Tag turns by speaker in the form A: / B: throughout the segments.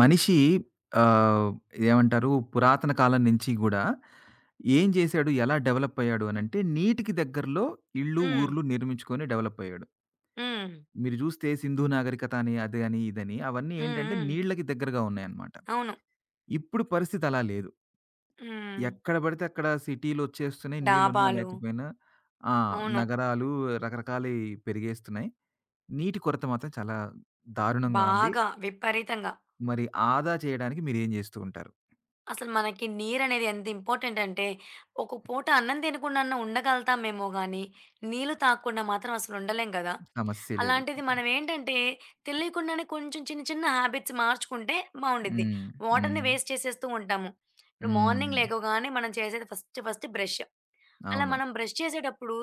A: మనిషి ఆహ్, ఏమంటారు, పురాతన కాలం నుంచి గూడా ఏం జేశాడు? ఎలా డెవలప్ అయ్యాడు అనంటే నీటికి దగ్గరలో ఇళ్ళు,
B: హ్మ్.
A: ఊర్లు నిర్మించుకొని డెవలప్ అయ్యాడు.
B: హ్మ్.
A: మీరు జూస్తే సింధు నాగరికత అని, అదని, ఇదని అవన్నీ
B: హ్మ్.
A: ఏంటంటే
B: హ్మ్.
A: నీళ్ళకి దగ్గరగా ఉన్నాయన్నమాట.
B: అవును.
A: ఇప్పుడు పరిస్థితి అలా లేదు.
B: హ్మ్.
A: ఎక్కడ బడితే అక్కడ సిటీలొచ్చేస్తున్నాయి, నీళ్ళున్నా
B: డాబాలు.
A: లేకపోయినా. ఆ!
B: అవును.
A: నగరాలు రకరకాలయి పెరిగేస్తున్నాయి. నీటి కొరత మాత్రం చాలా దారుణంగా ఉంది.
B: బాగా విపరీతంగా.
A: మరి ఆదా చేయడానికి మీరేం జేస్తూ ఉంటారు?
B: అసలు మనకి నీరనేది ఎంత ఇంపార్టెంట్ అంటే, ఒక పూట అన్నం తినకుండన్నా ఉండగలుగుతామేమో గానీ, నీళ్ళు తాగకుండా మాత్రం అసలు ఉండలేం గదా!
A: సమస్య లేదు.
B: అలాంటిది మనమేంటంటే, తెలియకుండానే కొంచెం చిన్న చిన్న హ్యాబిట్స్ మార్చుకుంటే బావుండిద్ది.
A: హ్మ్.
B: వాటర్‌ని
A: హ్మ్.
B: వేస్ట్ చేసేస్తూ ఉంటాము. ఇప్పుడు
A: హ్మ్.
B: మార్నింగ్ లెగవగానే మనం చేసేది ఫస్ట్ ఫస్ట్ బ్రష్. అలా
A: అవును.
B: మనం బ్రష్ చేసేటప్పుడు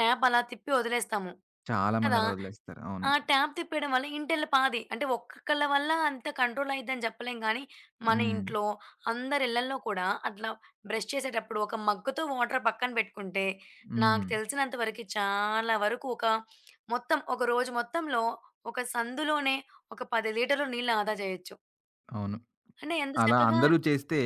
B: ట్యాప్ అలా తిప్పి వదిలేస్తాము.
A: చాలా మంది
B: కదా!
A: అలా వదిలేస్తారు, అవును.
B: ఆ! ట్యాప్ తిప్పేయడం వల్ల ఇంటెళ్ళ పాది. అంటే ఒక్కొక్కళ్ళ వల్ల అంత కంట్రోల్ అయిద్దని చెప్పలేం గానీ, మన
A: హ్మ్.
B: ఇంట్లో అందరి ఇళ్లల్లో కూడా అట్లా బ్రష్ చేసేటప్పుడు ఒక మగ్గుతో వాటర్ పక్కన పెట్టుకుంటే, నాకు
A: హ్మ్.
B: తెలిసినంత వరకి చాలా వరకు ఒక మొత్తం ఒక రోజు మొత్తంలో ఒక సందులోనే ఒక 10 లీటర్లు నీళ్ళు ఆదా చేయొచ్చు.
A: అవును.
B: అంటే ఎంత
A: అలా
B: చక్కగా.
A: అందరూ చేస్తే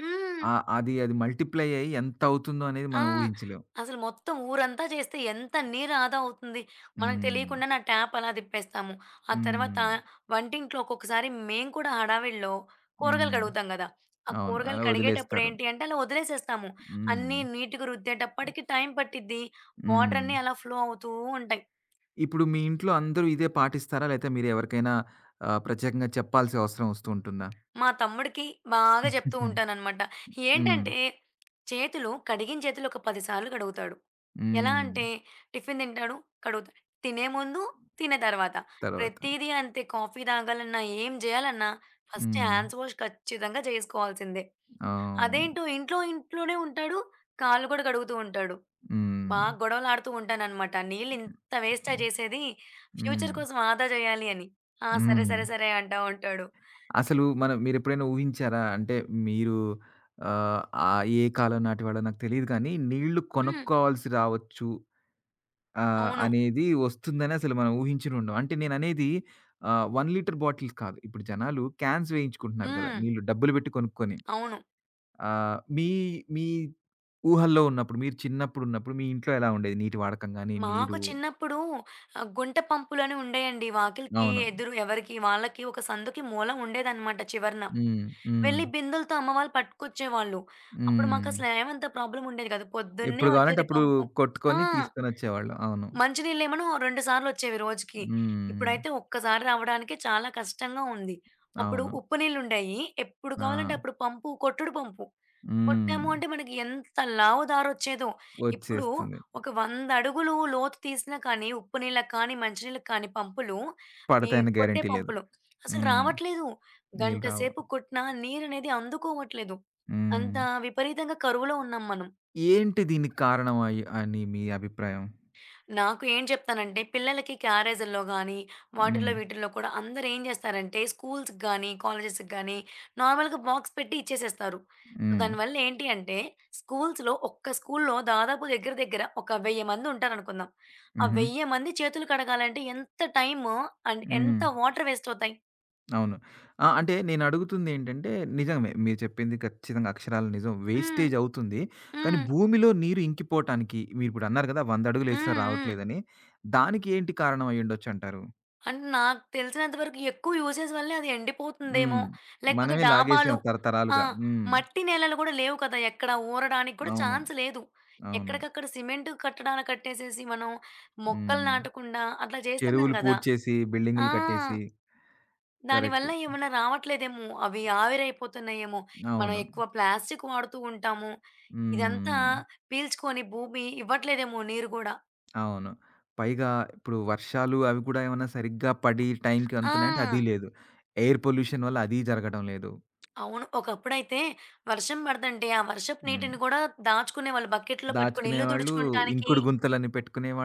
B: హ్మ్.
A: అది అది మల్టిప్లై అయ్యి ఎంతవుతుందో అనేది
B: ఆ!
A: మనం ఊహించలేం.
B: అసలు మొత్తం ఊరంతా చేస్తే ఎంత నీరు ఆదా అవుతుంది. మనకు
A: హ్మ్.
B: తెలియకుండానే ఆ ట్యాప్ అలా తిప్పేస్తాము. ఆ తర్వాత
A: హ్మ్.
B: వంటింట్లో ఒక్కొక్కసారి మేము కూడా హడావిడిలో కూరగాయలు
A: హ్మ్.
B: కడుగుతాం గదా! ఆ
A: అవును,
B: కూరగాయలు
A: అలా
B: కడిగేటప్పుడు
A: వదిలేస్తారు.
B: ఏంటి అంటే అలా వదిలేసేస్తాము.
A: హ్మ్.
B: అన్నీ నీట్‌గా రుద్దేటప్పటికి టైం పట్టిద్ది. వాటర్
A: హ్మ్.
B: అన్నీ అలా ఫ్లో అవుతూ ఉంటాయి.
A: ఇప్పుడు మీ ఇంట్లో అందరూ ఇదే పాటిస్తారా? లేతే మీరు ఎవరికైనా ప్రత్యేకంగా చెప్పాల్సిన అవసరం వస్తూ ఉంటుందా?
B: మా తమ్ముడికి బాగా చెప్తూ ఉంటాననమాట.
A: హ్మ్.
B: ఏంటంటే, చేతులు కడిగిన చేతులు ఒక 10 సార్లు కడుగుతాడు. ఎలా
A: హ్మ్.
B: అంటే టిఫిన్ తింటాడు, కడుగుతాడు. తినే ముందు, తినే తర్వాత.
A: తర్వాత.
B: ప్రతీదీ అంతే. కాఫీ తాగాలన్నా, ఏం చేయాలన్నా ఫస్ట్
A: హ్మ్.
B: హ్యాండ్స్ వాష్ ఖచ్చితంగా చేసుకోవాల్సిందే.
A: అవును.
B: అదేంటో ఇంట్లోనే ఉంటాడు. కాళ్ళు కూడా కడుగుతూ ఉంటాడు.
A: హ్మ్.
B: బాగా గొడవలాడుతూ ఉంటాననమాట. నీళ్ళు ఇంత వేస్టా చేసేది, ఫ్యూచర్
A: హ్మ్.
B: కోసం ఆదా చేయాలి అని. ఆ! సరే,
A: హ్మ్.
B: సరే, సరే అంటా ఉంటాడు.
A: అసలు మనం, మీరెప్పుడైనా ఊహించారా? అంటే మీరు, ఆహ్, ఆహ్, ఏ కాలం నాటివాడో నాకు తెలీదు కానీ నీళ్లు
B: హ్మ్.
A: కొనుక్కోవాల్సి రావచ్చు
B: అవును.
A: అనేది వస్తుందని అసలు మనం ఊహించనుండం. అంటే నేననేది 1 లీటర్ బాటిల్స్ కాదు. ఇప్పుడు జనాలు క్యాన్స్ వేయించుకుంటున్నారు కదా,
B: హ్మ్.
A: నీళ్లు డబ్బులు పెట్టి కొనుక్కొని.
B: అవును.
A: మీ మీ ఊహల్లో ఉన్నప్పుడు, మీరు చిన్నప్పుడున్నప్పుడు మీ ఇంట్లో ఎలా ఉండేది? నీటి వాడకం గాని,
B: మాకు
A: నీరు.
B: చిన్నప్పుడు గుంట పంపులని ఉండేయండి. వాకిలికి
A: అవును.
B: ఎదురు ఎవరికి వాళ్ళకి ఒక సందుకి మూల ఉండేదనమాట చివరన.
A: హ్మ్. హ్మ్.
B: వెళ్లి బిందెలతో అమ్మ వాళ్ళు పట్టుకొచ్చేవాళ్ళు. అప్పుడు
A: హ్మ్.
B: మాకసలు ఏమంత ప్రాబ్లమ్ ఉండేది కాదు. పొద్దున్నే
A: ఎప్పుడు కావాలంటే
B: వచ్చేది
A: అప్పుడు
B: పంపు. ఆ!
A: కొట్టుకొని తీసుకొనొచ్చేవాళ్ళు, అవును.
B: మంచినీళ్ళేమోను 2 సార్లొచ్చేవి రోజుకి.
A: హ్మ్.
B: ఇప్పుడైతే ఒక్కసారి రావడానికే చాలా కష్టంగా ఉంది. అప్పుడు
A: అవును.
B: ఉప్పు నీళ్ళుండేయి. ఎప్పుడు
A: ఆ!
B: కావాలంటే అప్పుడు పంపు కొట్టుడు పంపు.
A: హ్మ్.
B: కొట్టాము అంటే మనకి ఎంత లావు దారొచ్చేదో. ఇప్పుడు
A: వచ్చేస్తుంది.
B: ఒక 100 అడుగులు లోతు తీసినా కానీ, ఉప్పు నీళ్ళకి కానీ, మంచి నీళ్ళకి కానీ పంపులు, ఈ
A: పడతాయన్న
B: కొట్టే
A: గ్యారంటీ లేదు.
B: పంపులు అసలు
A: హ్మ్.
B: రావట్లేదు.
A: నీళ్ళు
B: గంట
A: రావు.
B: సేపు కొట్టినా నీరనేది అందుకోవట్లేదు. అంత
A: హ్మ్.
B: విపరీతంగా కరువులో ఉన్నాం మనం.
A: ఏంటి దీనికి కారణం అయి అని మీ అభిప్రాయం?
B: నాకు ఏం చెప్తానంటే పిల్లలకి క్యారేజుల్లో గానీ,
A: హ్మ్.
B: వాటిల్లో వీటిల్లో కూడా అందరూ ఏం చేస్తారంటే స్కూల్స్‌కి గానీ, కాలేజెస్‌కి గానీ నార్మల్‌గా బాక్స్ పెట్టి ఇచ్చేసేస్తారు. సో,
A: హ్మ్.
B: దానివల్ల ఏంటి అంటే స్కూల్స్‌లో ఒక్క స్కూల్‌లో దాదాపు దగ్గర దగ్గర ఒక 1000 మంది ఉంటారనుకుందాం. ఆ
A: హుహు.
B: 1000 మంది చేతులు కడగాలంటే ఎంత టైము అండ్
A: హ్మ్.
B: ఎంత వాటర్ వేస్ట్ అవుతాయి.
A: అవును. ఆ! అంటే నేను అడుగుతుందేంటంటే, నిజమే, మీరు చెప్పింది ఖచ్చితంగా అక్షరాల నిజం.
B: హ్మ్.
A: వేస్టేజ్ అవుతుంది. కానీ
B: హ్మ్.
A: భూమిలో నీరు ఇంకిపోవటానికి, మీరిప్పుడు అన్నారు కదా, 100 అడుగులేసినా
B: హ్మ్. హ్మ్.
A: రావట్లేదని. దానికి ఏంటి కారణం అయ్యుండొచ్చంటారు?
B: అంటే నాకు తెలిసినంత వరకు ఎక్కువ యూసేజ్ వల్లే అది ఎండిపోతుందేమో!
A: హ్మ్.
B: లేకపోతే
A: మనమే లాగేసాం
B: డాబాలు. ఆ!
A: తరతరాలుగా. హ్మ్.
B: మట్టి నేలలు గూడా లేవు కదా! ఎక్కడ ఊరడానికి గూడా
A: అవును.
B: ఛాన్స్ లేదు.
A: అవును.
B: ఎక్కడికక్కడ సిమెంట్ కట్టడాలు కట్టేసేసి మనం మొక్కలు
A: హ్మ్.
B: నాటకుండా అట్లా చేస్తున్నాం
A: చెరువులు
B: గదా!
A: పూడ్చేసి,
B: ఆ!
A: బిల్డింగులు కట్టేసి. కరెక్ట్.
B: దానివల్ల ఏమన్నా రావట్లేదేమో! అవి ఆవిరైపోతున్నాయేమో! మనం
A: అవును.
B: ఎక్కువ ప్లాస్టిక్ వాడుతూ ఉంటాము. ఇదంతా
A: హ్మ్.
B: పీల్చుకొని భూమి ఇవ్వట్లేదేమో నీరు గూడా.
A: అవును. పైగా ఇప్పుడు వర్షాలు అవి కూడా ఏమన్నా సరిగ్గా పడి టైంకి అందుతున్నాయంటే అది
B: ఆ!
A: లేదు. ఎయిర్ పొల్యూషన్ వల్ల అది జరగడం లేదు.
B: అవును. ఒకప్పుడైతే వర్షం పడతంటే, ఆ వర్షపు
A: హ్మ్.
B: నీటిని కూడా దాచుకునేవాళ్ళు బకెట్‌లో పట్టుకొని ఇల్లు
A: దాచుకునేవాళ్ళు,
B: తుడుచుకుంటానికి.
A: ఇంకుడు గుంతలని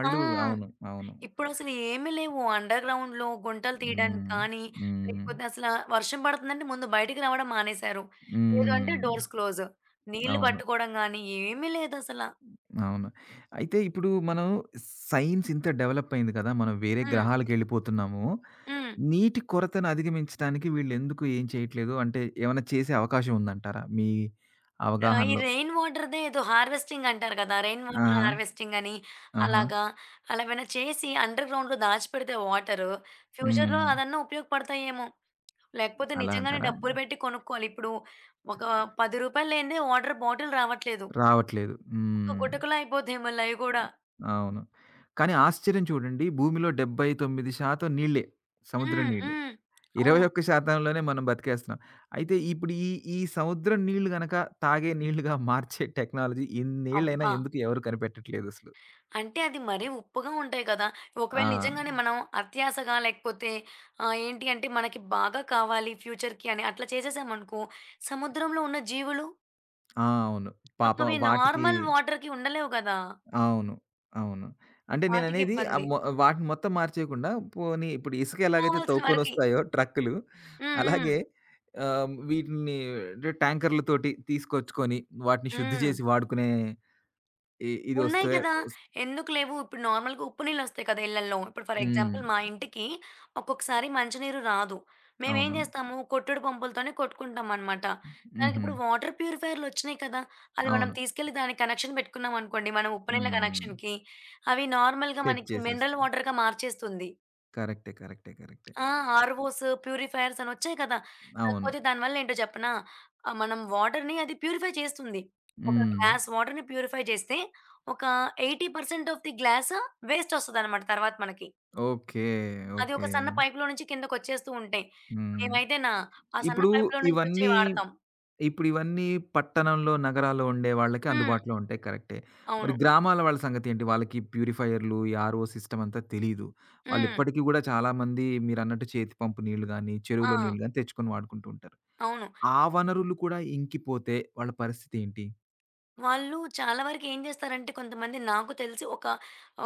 B: ఆ!
A: అవును. అవును.
B: ఇప్పుడసలు ఏమి లేవు. అండర్ గ్రౌండ్‌లో గుంటలు తీయడానికి
A: హ్మ్.
B: కానీ,
A: హ్మ్.
B: లేకపోతే అసల వర్షం పడుతుందంటే ముందు బయటికి రావడం మానేశారు. లేదు అంటే
A: హ్మ్.
B: Doors close. నీళ్లు
A: అవును.
B: పట్టుకోవడం గానీ, ఏమీ లేదసల.
A: అవును. అయితే ఇప్పుడు మనం సైన్స్ ఇంత డెవలప్ అయింది కదా, మనం వేరే
B: హ్మ్.
A: గ్రహాలకెళ్ళిపోతున్నాము.
B: హ్మ్.
A: నీటి కొరతను అధిగమించడానికి వీళ్ళెందుకు ఏం చేయట్లేదు? అంటే ఏమన్నా చేసే అవకాశం ఉందంటారా, మీ
B: ఈ
A: అవగాహనలో?
B: రెయిన్ వాటర్‌దే ఏదో హార్వెస్టింగ్ అంటారు కదా! రెయిన్
A: ఆ!
B: వాటర్ హార్వెస్టింగ్ అని
A: ఆహా!
B: అలాగా, అలా ఏమైనా చేసి అండర్ గ్రౌండ్‌లో దాచిపెడితే వాటరు, ఫ్యూచర్‌లో
A: హ్మ్.
B: అదన్నా ఉపయోగపడతాయేమో! లేకపోతే
A: అలా
B: నిజంగానే
A: అంటారా?
B: డబ్బులు పెట్టి కొనుక్కోవాలి. ఇప్పుడు ఒక రూ. 10 లేనిదే వాటర్ బాటిల్ రావట్లేదు.
A: రావట్లేదు.
B: ఒక
A: హ్మ్.
B: గుటకలో అయిపోతాయి మళ్ళీ అయి కూడా.
A: అవును. కానీ ఆశ్చర్యం చూడండి, భూమిలో 79% నీళ్ళే. సముద్రం
B: హ్మ్.
A: నీళ్ళు.
B: హ్మ్. అవును.
A: 21% లోనే మనం బతికేస్తున్నాం. అయితే ఇప్పుడు ఈ సముద్రం నీళ్ళు గనక తాగే నీళ్ళుగా మార్చే టెక్నాలజీ ఇన్నేళ్లైనా
B: అబ్బా!
A: ఎందుకు ఎవరు కనిపెట్టట్లేదసలు?
B: అంటే అది మరీ ఉప్పుగా ఉంటాయి కదా!
A: ఆ!
B: ఒకవేళ నిజంగానే మనం అత్యాశగా లేకపోతే ఏంటి అంటే మనకి బాగా కావాలి ఫ్యూచర్‌కి అని అట్లా చేసేసామనుకో, సముద్రంలో ఉన్న జీవులు
A: ఆ! అవును.
B: పాపం
A: పాపం
B: అవి
A: వాటికి.
B: నార్మల్ వాటర్‌కి ఉండలేవు కదా!
A: అవును. అవును. అంటే
B: వాటికి
A: నేననేది ఆహ్,
B: ఇబ్బంది.
A: మొ వాటిని మొత్తం మార్చేయకుండా, పోనీ ఇప్పుడు ఇసుక ఎలాగైతే
B: కావాల్సిన వరకి.
A: తవ్వుకొనొస్తాయో ట్రక్కులు,
B: హ్మ్. హ్మ్.
A: అలాగే వీటిని, అంటే ట్యాంకర్‌లతోటి తీసుకొచ్చుకొని వాటిని శుద్ధి
B: హ్మ్.
A: చేసి వాడుకునే ఇది
B: ఉన్నాయి
A: వస్తే
B: గదా!
A: వస్
B: ఎందుకు లేవు? ఇప్పుడు నార్మల్‌గా ఉప్పు నీళ్ళొస్తాయి కదా! ఇళ్ళల్లో. ఇప్పుడు ఫర్
A: హ్మ్.
B: ఎగ్జాంపుల్ మా ఇంటికి ఒక్కొక్కసారి మంచినీరు రాదు. మేమేం
A: అవును.
B: జేస్తాము? కొట్టెడు పంపులతోనే కొట్టుకుంటామనమాట.
A: హుహు.
B: దానికిప్పుడు వాటర్ ప్యూరిఫైయర్‌లొచ్చినియి కదా! అది మనం
A: అవును.
B: తీసుకెళ్ళి దానికి కనెక్షన్ పెట్టుకున్నామనుకోండి, మనం ఉప్పు నీళ్ళ
A: హ్మ్.
B: కనెక్షన్‌కి, అవి నార్మల్‌గా
A: సెట్
B: మనకి మినరల్
A: చేసేస్తాం.
B: వాటర్‌గా మార్చేస్తుంది.
A: కరెక్టే. కరెక్టే. కరెక్టే.
B: ఆ! ఆర్వోస్, ప్యూరిఫైయర్స్ అనొచ్చాయి కదా!
A: అవును.
B: కాకపోతే దానివల్లేంటో చెప్పనా? మనం వాటర్‌ని అది ప్యూరిఫై చేస్తుంది. ఒక
A: హ్మ్.
B: గ్లాస్ వాటర్‌ని ప్యూరిఫై చేస్తే ఒక 80% ఆఫ్ ది గ్లాస్ వేస్టొస్తదనమాట తర్వాత మనకి.
A: ఓకే.
B: అది
A: ఓకే.
B: ఒక సన్న పైప్‌లో నుంచి కిందకొచ్చేస్తూ ఉంటాయి.
A: హ్మ్.
B: మేమైతేనా ఆ సన్న
A: ఇప్పుడు
B: పైప్‌లో నుంచొచ్చేయి
A: ఇవన్నీ,
B: వాడతాం.
A: ఇప్పుడివన్నీ పట్టణంలో, నగరాల్లో ఉండే వాళ్ళకి
B: హ్మ్.
A: అందుబాటులో ఉంటాయి, కరెక్టే. మరి
B: అవును.
A: గ్రామాల వాళ్ళ సంగతేంటి? వాళ్ళకి ప్యూరిఫైయర్‌లు, ఈ ఆర్‌ఓ సిస్టమ్ అంతా తెలీదు.
B: హ్మ్.
A: వాళ్ళిప్పటికి గూడా చాలామంది మీరన్నట్టు చేతి పంపు నీళ్లు గానీ, చెరువులో
B: ఆ!
A: నీళ్లు గానీ తెచ్చుకొని వాడుకుంటూ ఉంటారు.
B: అవును.
A: ఆ వనరులు కూడా ఇంకిపోతే వాళ్ళ పరిస్థితేంటి?
B: వాళ్ళు చాలా వరకేం జేస్తారంటే కొంతమంది నాకు తెలిసి ఒక,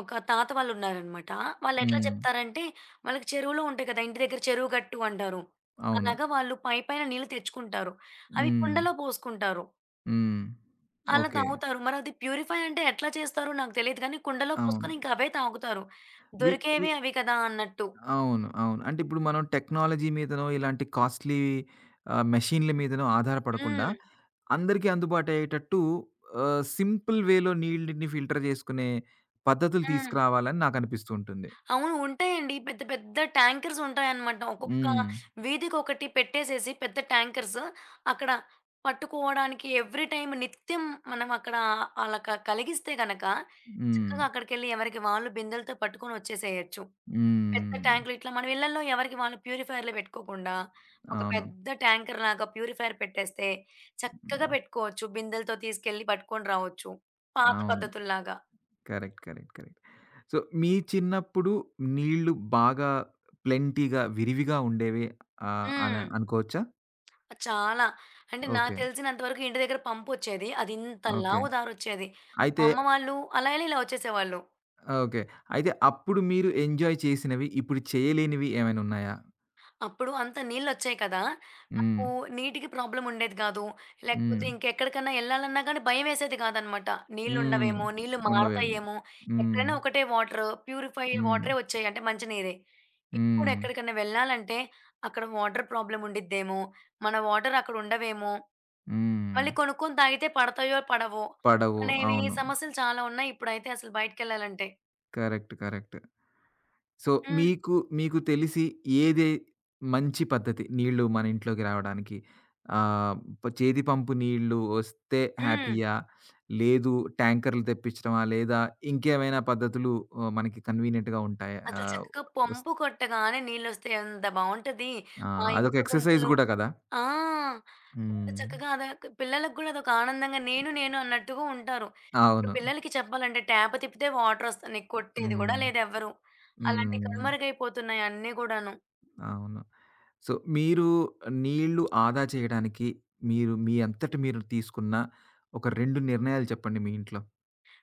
B: ఒక తాత వాళ్ళున్నారనమాట. వాళ్ళెట్లా
A: హ్మ్.
B: చెప్తారంటే, వాళ్ళకి చెరువులో ఉంటాయి కదా! ఇంటి దగ్గర చెరువు గట్టు అంటారు.
A: అవును.
B: అలాగా వాళ్ళు పై పైన నీళ్ళు తెచ్చుకుంటారు. అవి
A: హ్మ్.
B: కుండలో పోసుకుంటారు.
A: హ్మ్.
B: అలా
A: ఓకే.
B: తాగుతారు. మరది ప్యూరిఫై అంటే ఎట్లా చేస్తారో నాకు తెలీదు గానీ కుండలో పోసుకొని
A: అవును.
B: ఇంక అవే తాగుతారు.
A: వి వి
B: దొరికేవి అవి కదా! అన్నట్టు.
A: అవును. అవును. అంటే ఇప్పుడు మనం టెక్నాలజీ మీదనో, ఇలాంటి కాస్ట్‌లీ మెషీన్‌ల మీదనో ఆధారపడకుండా,
B: హ్మ్.
A: అందరికీ అందుబాటు అయ్యేటట్టు సింపుల్ వేలో నీళ్ళని ఫిల్టర్ చేసుకునే పద్ధతులు
B: హ్మ్.
A: తీసుకురావాలని నాకనిపిస్తూ ఉంటుంది.
B: అవును. ఉంటాయండి. పెద్ద పెద్ద ట్యాంకర్స్ ఉంటాయన్నమాట. ఒక్కొక్క
A: హ్మ్.
B: వీధికొకటి పెట్టేసేసి పెద్ద ట్యాంకర్స్ అక్కడ పట్టుకోవడానికి ఎవ్రీ టైమ్ నిత్యం మనం అక్కడ అలా కలిగిస్తే గనక
A: హ్మ్.
B: చక్కగా అక్కడికెళ్ళి ఎవరికి వాళ్ళు బిందెలతో పట్టుకొని వచ్చేసేయొచ్చు. పెద్ద
A: హ్మ్.
B: ట్యాంకులు ఇట్లా మన ఇళ్లల్లో ఎవరికి వాళ్ళు ప్యూరిఫైయర్‌లు పెట్టుకోకుండా ఒక
A: అవును.
B: పెద్ద ట్యాంకర్ లాగా ప్యూరిఫైయర్ పెట్టేస్తే చక్కగా
A: హ్మ్.
B: పెట్టుకోవచ్చు. బిందెలతో తీసుకెళ్ళి పట్టుకొని రావచ్చు. పాత
A: అవును.
B: పద్ధతుల్లాగా.
A: కరెక్ట్. కరెక్ట్. కరెక్ట్. సో, మీ చిన్నప్పుడు నీళ్ళు బాగా ప్లెంటీగా, విరివిగా ఉండేవి అని
B: హ్మ్.
A: అనుకోవచ్చా?
B: చాలా. అంటే నాకు
A: ఓకే.
B: తెలిసినంత వరకు ఇంటి దగ్గర పంపొచ్చేది. అది ఇంత
A: ఓకే.
B: లావు దారొచ్చేది. మా
A: అయితే.
B: అమ్మ వాళ్ళు అలా ఇలా ఇలా వచ్చేసేవాళ్ళు.
A: ఓకే. అయితే అప్పుడు మీరు ఎంజాయ్ చేసినవి, ఇప్పుడు చేయలేనివి ఏమైనా ఉన్నాయా?
B: అప్పుడు అంత నీళ్ళొచ్చాయి కదా!
A: హ్మ్.
B: మాకు నీటికి ప్రాబ్లమ్ ఉండేది కాదు. లేకపోతే
A: హ్మ్.
B: ఇంకెక్కడికన్నా ఎళ్ళాలన్నా గానీ భయమేసేది కాదనమాట.
A: హ్మ్.
B: నీళ్ళుండవేమో, నీళ్ళు
A: ఉండవేమో.
B: మారతాయేమో,
A: హ్మ్.
B: ఎక్కడైనా ఒకటే వాటరు. ప్యూరిఫై
A: హ్మ్.
B: వాటరే వచ్చాయి అంటే మంచినీరే. ఇప్పుడు
A: హ్మ్.
B: ఎక్కడికన్నా వెళ్ళాలంటే అక్కడ వాటర్ ప్రాబ్లమ్ ఉండిద్దేమో, మన వాటర్ అక్కడ ఉండవేమో
A: హ్మ్.
B: మళ్ళీ కొనుక్కొని తాగితే పడతాయో, పడవో
A: పడవు,
B: అనేవి
A: అవును.
B: సమస్యలు చాలా ఉన్నాయి ఇప్పుడైతే అసలు బయటికెళ్ళాలంటే.
A: కరెక్ట్. కరెక్ట్. సో,
B: హ్మ్.
A: మీకు మీకు తెలిసి ఏది మంచి పద్ధతి నీళ్ళు మన ఇంట్లోకి రావడానికి? ఆహ్, ప చేతి పంపు నీళ్ళు వస్తే
B: హ్మ్.
A: హ్యాపీయా? లేదు, ట్యాంకర్‌లు తెప్పించడమా? లేదా ఇంకేమైనా పద్ధతులు మనకి కన్వీనియంట్‌గా ఉంటాయా?
B: అసలు
A: ఆహ్,
B: చక్కగా
A: వస్
B: పంపు కొట్టగానే నీళ్ళొస్తాయి. ఎంత బావుంటది.
A: ఆ!
B: ఆ
A: అదొక
B: ఇంకుడు
A: ఎక్సర్‌సైజ్
B: గుంతలు.
A: గూడా కదా!
B: ఆ! ఎంత
A: హ్మ్.
B: చక్కగా అదొక పిల్లలకి గూడా అదొక ఆనందంగా నేను, నేను అన్నట్టుగా ఉంటారు. ఇప్పుడు
A: అవును.
B: పిల్లలకి చెప్పాలంటే ట్యాప్ తిప్పితే వాటరొస్తున్నాయి. కొట్టేది గూడా
A: హ్మ్.
B: లేదెవ్వరు. అలాంటి
A: హ్మ్.
B: కనుమరుగైపోతున్నాయి అన్నీ గూడాను.
A: అవును. సో, మీరు నీళ్ళు ఆదా చేయడానికి, మీరు మీ అంతట మీరు తీసుకున్న ఒక 2 నిర్ణయాలు చెప్పండి మీ ఇంట్లో.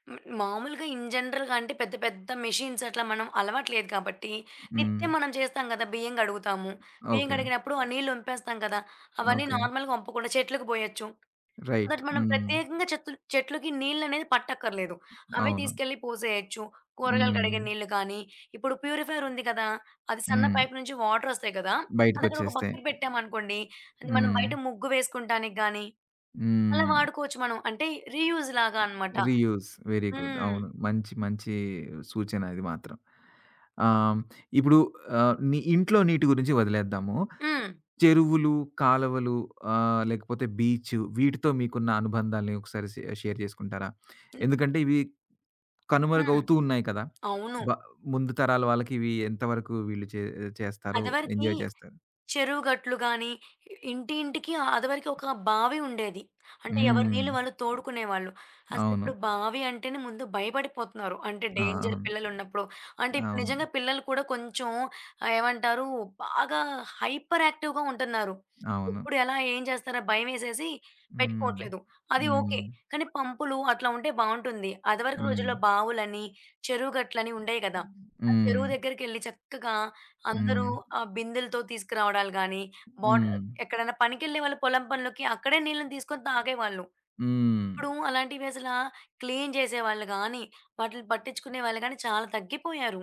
B: హ్మ్. మామూలుగా ఇన్ జనరల్‌గా అంటే పెద్ద పెద్ద మెషిన్స్ అట్లా మనం అలవాటు లేదు కాబట్టి,
A: హ్మ్.
B: నిత్యం మనం చేస్తాం కదా! బియ్యం కడుగుతాము. బియ్యం
A: ఓకే.
B: కడిగినప్పుడు ఆ నీళ్లు ఒంపేస్తాం కదా! అవన్నీ
A: ఓకే.
B: నార్మల్‌గా ఒంపకుండా చెట్లకు పోయొచ్చు. So
A: right.
B: దట్ మనం
A: హ్మ్.
B: ప్రత్యేకంగా చెట్లకి నీళ్లనేది పట్టక్కర్లేదు. అవే
A: అవును.
B: తీసుకెళ్ళి పోసేయొచ్చు. కూరగాయలు కడిగే
A: హ్మ్.
B: నీళ్లు కానీ, ఇప్పుడు ప్యూరిఫైయర్ ఉంది కదా! అది సన్న
A: హ్మ్.
B: పైప్ నుంచి వాటర్ ఒస్తాయి కదా! అది అక్కడ ఒక
A: బయటికొచ్చేస్తాయి.
B: బకెట్ పెట్టామనుకోండి, అది మనం
A: హ్మ్.
B: బయట ముగ్గు వేసుకుంటానికి గానీ, అలా
A: హ్మ్.
B: వాడుకోవచ్చు మనం. అంటే రీయూజ్ లాగా అన్నమాట.
A: రీయూజ్. Very good.
B: హ్మ్.
A: అవును. మంచి మంచి సూచన ఇది మాత్రం. ఆహ్, ఇప్పుడు నీ ఇంట్లో నీటి గురించి వదిలేద్దాము.
B: హ్మ్.
A: చెరువులు, కాలవలు, లేకపోతే బీచ్, వీటితో మీకున్న అనుబంధాల్ని ఒకసారి షేర్ చేసుకుంటారా? ఎందుకంటే ఇవి
B: హ్మ్.
A: కనుమరుగవుతూ ఉన్నాయి కదా!
B: అవును.
A: బ ముందు తరాల వాళ్ళకి ఇవి ఎంతవరకు వీళ్ళు చేస్తారు?
B: అదివరకి
A: ఎంజాయ్ చేస్తారు?
B: చెరువు గట్లు గాని, అదివరకు ఒక బావి ఉండేది. అంటే ఎవరి
A: హ్మ్.
B: నీళ్ళు వాళ్ళు తోడుకునేవాళ్ళు.
A: అవును.
B: అసలిప్పుడు బావి అంటేనే ముందు భయపడిపోతున్నారు. అంటే
A: ఆ!
B: డేంజర్
A: అవును.
B: పిల్లలున్నప్పుడు. అంటే ఇప్పుడు
A: అవును.
B: నిజంగా పిల్లలు కూడా కొంచెం ఏమంటారు బాగా హైపర్ యాక్టివ్‌గా ఉంటున్నారు.
A: అవును.
B: ఎప్పుడు ఎలా ఏం చేస్తారా భయమేసేసి
A: హ్మ్.
B: పెట్టుకోవట్లేదు. అది ఓకే.
A: హ్మ్.
B: కానీ పంపులు అట్లా ఉంటే బావుంటుంది. అదివరకు
A: హ్మ్.
B: రోజుల్లో బావులని, చెరువు గట్లని ఉండేయి కదా! ఆ
A: హ్మ్.
B: చెరువు దగ్గరికెళ్ళి చక్కగా అందరూ
A: హ్మ్.
B: ఆ బిందెలతో తీసుకురావడాలు గానీ, బాట్
A: హ్మ్.
B: ఎక్కడైనా పనికెళ్ళే వాళ్ళు పొలం పనులకి అక్కడే నీళ్ళని తీసుకొని తాగేవాళ్ళు.
A: హ్మ్.
B: ఇప్పుడు అలాంటివి అసలా క్లీన్ చేసేవాళ్ళు గానీ, వాటిలిని పట్టించుకునే వాళ్ళు గానీ చాలా తగ్గిపోయారు.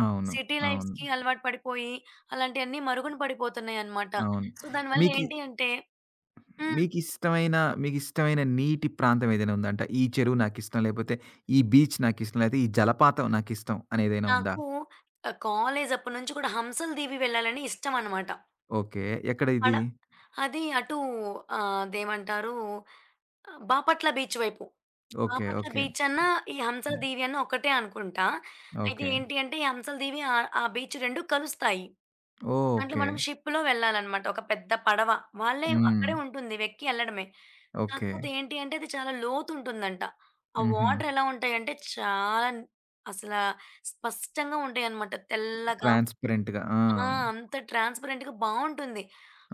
A: అవును.
B: సిటీ
A: అవును.
B: లైఫ్‌కి అలవాటు పడిపోయి, అలాంటియన్నీ మరుగున పడిపోతున్నాయనమాట.
A: అవును.
B: సో, దానివల్ల
A: మీకి
B: ఏంటి అంటే. హ్మ్.
A: మీకిష్టమైన, మీకిష్టమైన నీటి ప్రాంతం ఏదైనా ఉందా? అంటే ఈ చెరువు నాకిష్టం, లేపోతే ఈ బీచ్ నాకిష్టం, లేతే ఈ జలపాతం నాకిష్టం అనేదైనా ఉందా?
B: నాకు కాలేజ్ అప్పటినుంచి కూడా హంసల దీవి వెళ్ళాలని ఇష్టమనమాట.
A: ఓకే. ఎక్కడ
B: అడ
A: ఇది?
B: అది అటూ అదేమంటారు బాపట్ల బీచ్ వైపు.
A: ఓకే.
B: బాపట్ల
A: ఓకే.
B: బీచ్ అన్నా, ఈ హంసల
A: హ్మ్.
B: దీవి అన్నా ఒకటే అనుకుంటా. అయితే
A: ఓకే.
B: ఏంటి అంటే, ఈ హంసల దీవి ఆ బీచ్ 2 కలుస్తాయి. దాంట్లో
A: ఓకే.
B: మనం షిప్‌లో వెళ్ళాలనమాట. ఒక పెద్ద పడవ. వాళ్ళే
A: హ్మ్.
B: అక్కడే ఉంటుంది. వెక్కి ఎళ్ళడమే.
A: ఓకే.
B: కాకపోతే ఏంటి అంటే, అది చాలా లోతుంటుందంట. ఆ
A: హుహు.
B: వాటర్ ఎలా ఉంటాయంటే, చాలా అసలా స్పష్టంగా ఉంటాయనమాట. తెల్లగా.
A: ట్రాన్స్‌పరెంట్‌గా. ఆ!
B: ఆ! అంత ట్రాన్స్‌పరెంట్‌గా బావుంటుంది.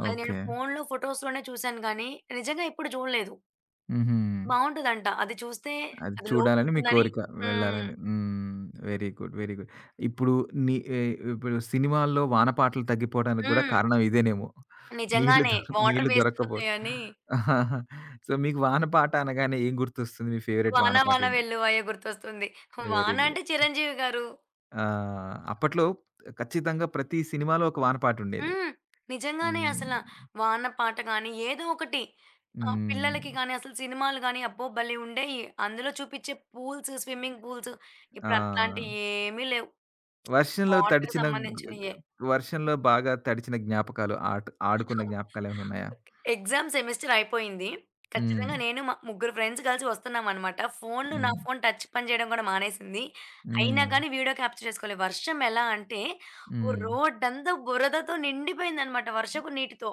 B: అది నేను
A: ఓకే.
B: ఫోనులో, ఫోటోస్‌లోనే చూసాను గానీ, నిజంగా ఎప్పుడు చూడలేదు.
A: హుహు.
B: బావుంటదంట. అది చూస్తే
A: అది
B: అది
A: చూడాలని మీ
B: లోతుంటుందని.
A: కోరిక.
B: హ్మ్.
A: వెళ్ళాలని. హ్మ్. Very good. Very good. ఇప్పుడు నీ ఎ ఇప్పుడు సినిమాల్లో వాన పాటలు తగ్గిపోవడానికి గూడా
B: హ్మ్.
A: కారణం ఇదేనేమో. నీళ్లు
B: నిజంగానే.
A: దొ
B: వాటర్
A: నీళ్లు
B: వేస్ట్
A: దొరక్కపోవడం.
B: అవుతాయని.
A: సో, మీకు వాన పాట అనగానే ఏం గుర్తొస్తుంది? మీ ఫేవరెట్ వాన
B: 'వాన
A: పాట
B: వాన
A: ఏంటి?
B: వెల్లువయే' గుర్తొస్తుంది.
A: వెరీ
B: వాన
A: గుడ్.
B: అంటే చిరంజీవి గారు.
A: ఆ! అప్పట్లో ఖచ్చితంగా ప్రతి సినిమాలో ఒక వాన పాటుండేది.
B: హ్మ్. నిజంగానే
A: హ్మ్.
B: అసల. వాన పాట గాని ఏదో ఒకటి.
A: హ్మ్.
B: పిల్లలకి గాని అసలు సినిమాలు గాని అబ్బో! భలే ఉండేయి. అందులో చూపిచ్చే పూల్స్, స్విమ్మింగ్ పూల్స్ ఇప్పుడు
A: ఆ!
B: అట్లాంటియేమీ లేవు.
A: వర్షంలో
B: వాటర్‌కి
A: తడిచిన గ్
B: సంబంధించినయే.
A: గ్ వర్షంలో బాగా తడిచిన జ్ఞాపకాలు, ఆడుకున్న జ్ఞాపకాలేమైనా ఉన్నాయా?
B: ఎగ్జామ్ సెమిస్టర్ అయిపోయింది.
A: హ్మ్.
B: ఖచ్చితంగా నేను మా ముగ్గురు ఫ్రెండ్స్ కలిసి వస్తున్నామనమాట. ఫోన్‌లు నా
A: హ్మ్.
B: ఫోన్ టచ్ పని చేయడం కూడా మానేసింది. అయినా
A: హ్మ్.
B: కానీ వీడియో క్యాప్చర్ చేసుకోలే. వర్షం ఎలా అంటే ఓ
A: హ్మ్.
B: రోడ్డంతా బురదతో నిండిపోయిందనమాట వర్షపు నీటితో.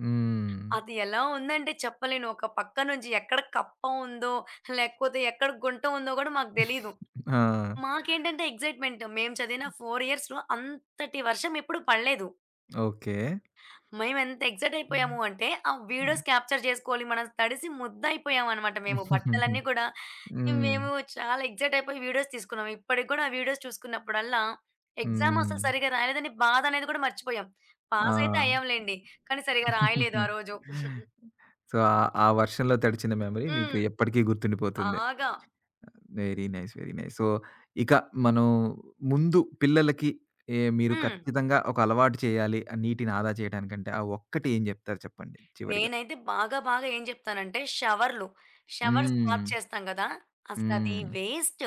A: హ్మ్.
B: అది ఎలా ఉందంటే చెప్పలేను. ఒక పక్క నుంచి ఎక్కడ కప్ప ఉందో, లేకపోతే ఎక్కడ గుంట ఉందో కూడా మాకు తెలీదు.
A: ఆ!
B: మాకేంటంటే ఎక్సైట్‌మెంట్ మేము చదివిన 4 ఇయర్స్‌లో అంతటి వర్షం ఎప్పుడు పడలేదు.
A: ఓకే.
B: మేమెంత ఎక్సైట్
A: హ్మ్.
B: అయిపోయాము అంటే, ఆ వీడియోస్ క్యాప్చర్ జేసుకోవాలి. మనం తడిసి ముద్దయిపోయామనమాట మేము.
A: హ్మ్.
B: బట్టలన్నీ కూడా
A: హ్మ్.
B: మేము చాలా ఎక్సైట్ అయిపోయి వీడియోస్ తీసుకున్నాం. ఇప్పటికి గూడా ఆ వీడియోస్ చూసుకున్నప్పుడల్లా, ఎగ్జామ్
A: హ్మ్.
B: అసలు సరిగ్గా రాయలేదని బాధ అనేది కూడా మర్చిపోయాం.
A: ఆ!
B: పాస్ అయితే అయ్యాంలెండి. కానీ సరిగ్గా రాయలేదు ఆ రోజు.
A: సో, ఆ ఆ వర్షంలో తడిచిన మెమరీ మీకు
B: హ్మ్.
A: ఎప్పటికీ గుర్తుండిపోతుంది.
B: బాగా.
A: Very nice. Very nice. So, ఇక మనం, ముందు పిల్లలకి మీరు
B: హ్మ్.
A: ఖచ్చితంగా ఒక అలవాటు చేయాలి. నీటిని ఆదా చేయడానికంటే ఆ ఒక్కటి ఏం చెప్తారు, చెప్పండి చివరిగా?
B: నేనైతే బాగా బాగా ఏం జెప్తానంటే షవర్లు. షవర్స్
A: హ్మ్.
B: బాత్ చేస్తాం గదా! అసలది
A: హ్మ్.
B: వేస్ట్.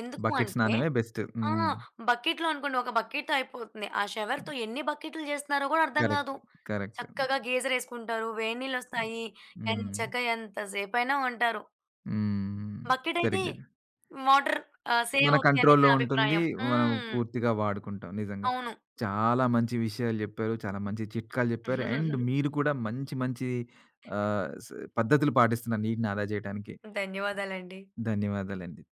B: ఎందుకు
A: బకెట్
B: అంటే.
A: స్నానమే బెస్ట్.
B: ఆ!
A: హ్మ్.
B: బకెట్‌లో అనుకోండి. ఒక బకెట్‌తో అయిపోతుంది. ఆ షవర్‌తో ఎన్ని బకెట్లు చేస్తున్నారో కూడా అర్థం
A: కరెక్ట్.
B: కాదు.
A: కరెక్ట్.
B: చక్కగా గీజరేసుకుంటారు. వేడి నీళ్ళొస్తాయి.
A: హ్మ్.
B: ఎంచగ్గా ఎంతసేపైనా ఉంటారు.
A: హ్మ్.
B: బకెట్ అయితే
A: సరిగ్గా చెప్
B: వాటర్ సేవ్
A: మన
B: అవుతాయనేది
A: కంట్రోల్‌లో
B: నా
A: ఉంటుంది.
B: అభిప్రాయం.
A: మనం
B: హ్మ్.
A: పూర్తిగా వాడుకుంటాం నిజంగా.
B: అవును.
A: చాలా మంచి విషయాలు చెప్పారు. చాలా మంచి చిట్కాలు చెప్పారు. అండ్ మీరు కూడా మంచి మంచి ఆహ్, స్ పద్ధతులు పాటిస్తున్నారు నీటిని ఆదా చేయటానికి.
B: ధన్యవాదాలండి.
A: ధన్యవాదాలండి.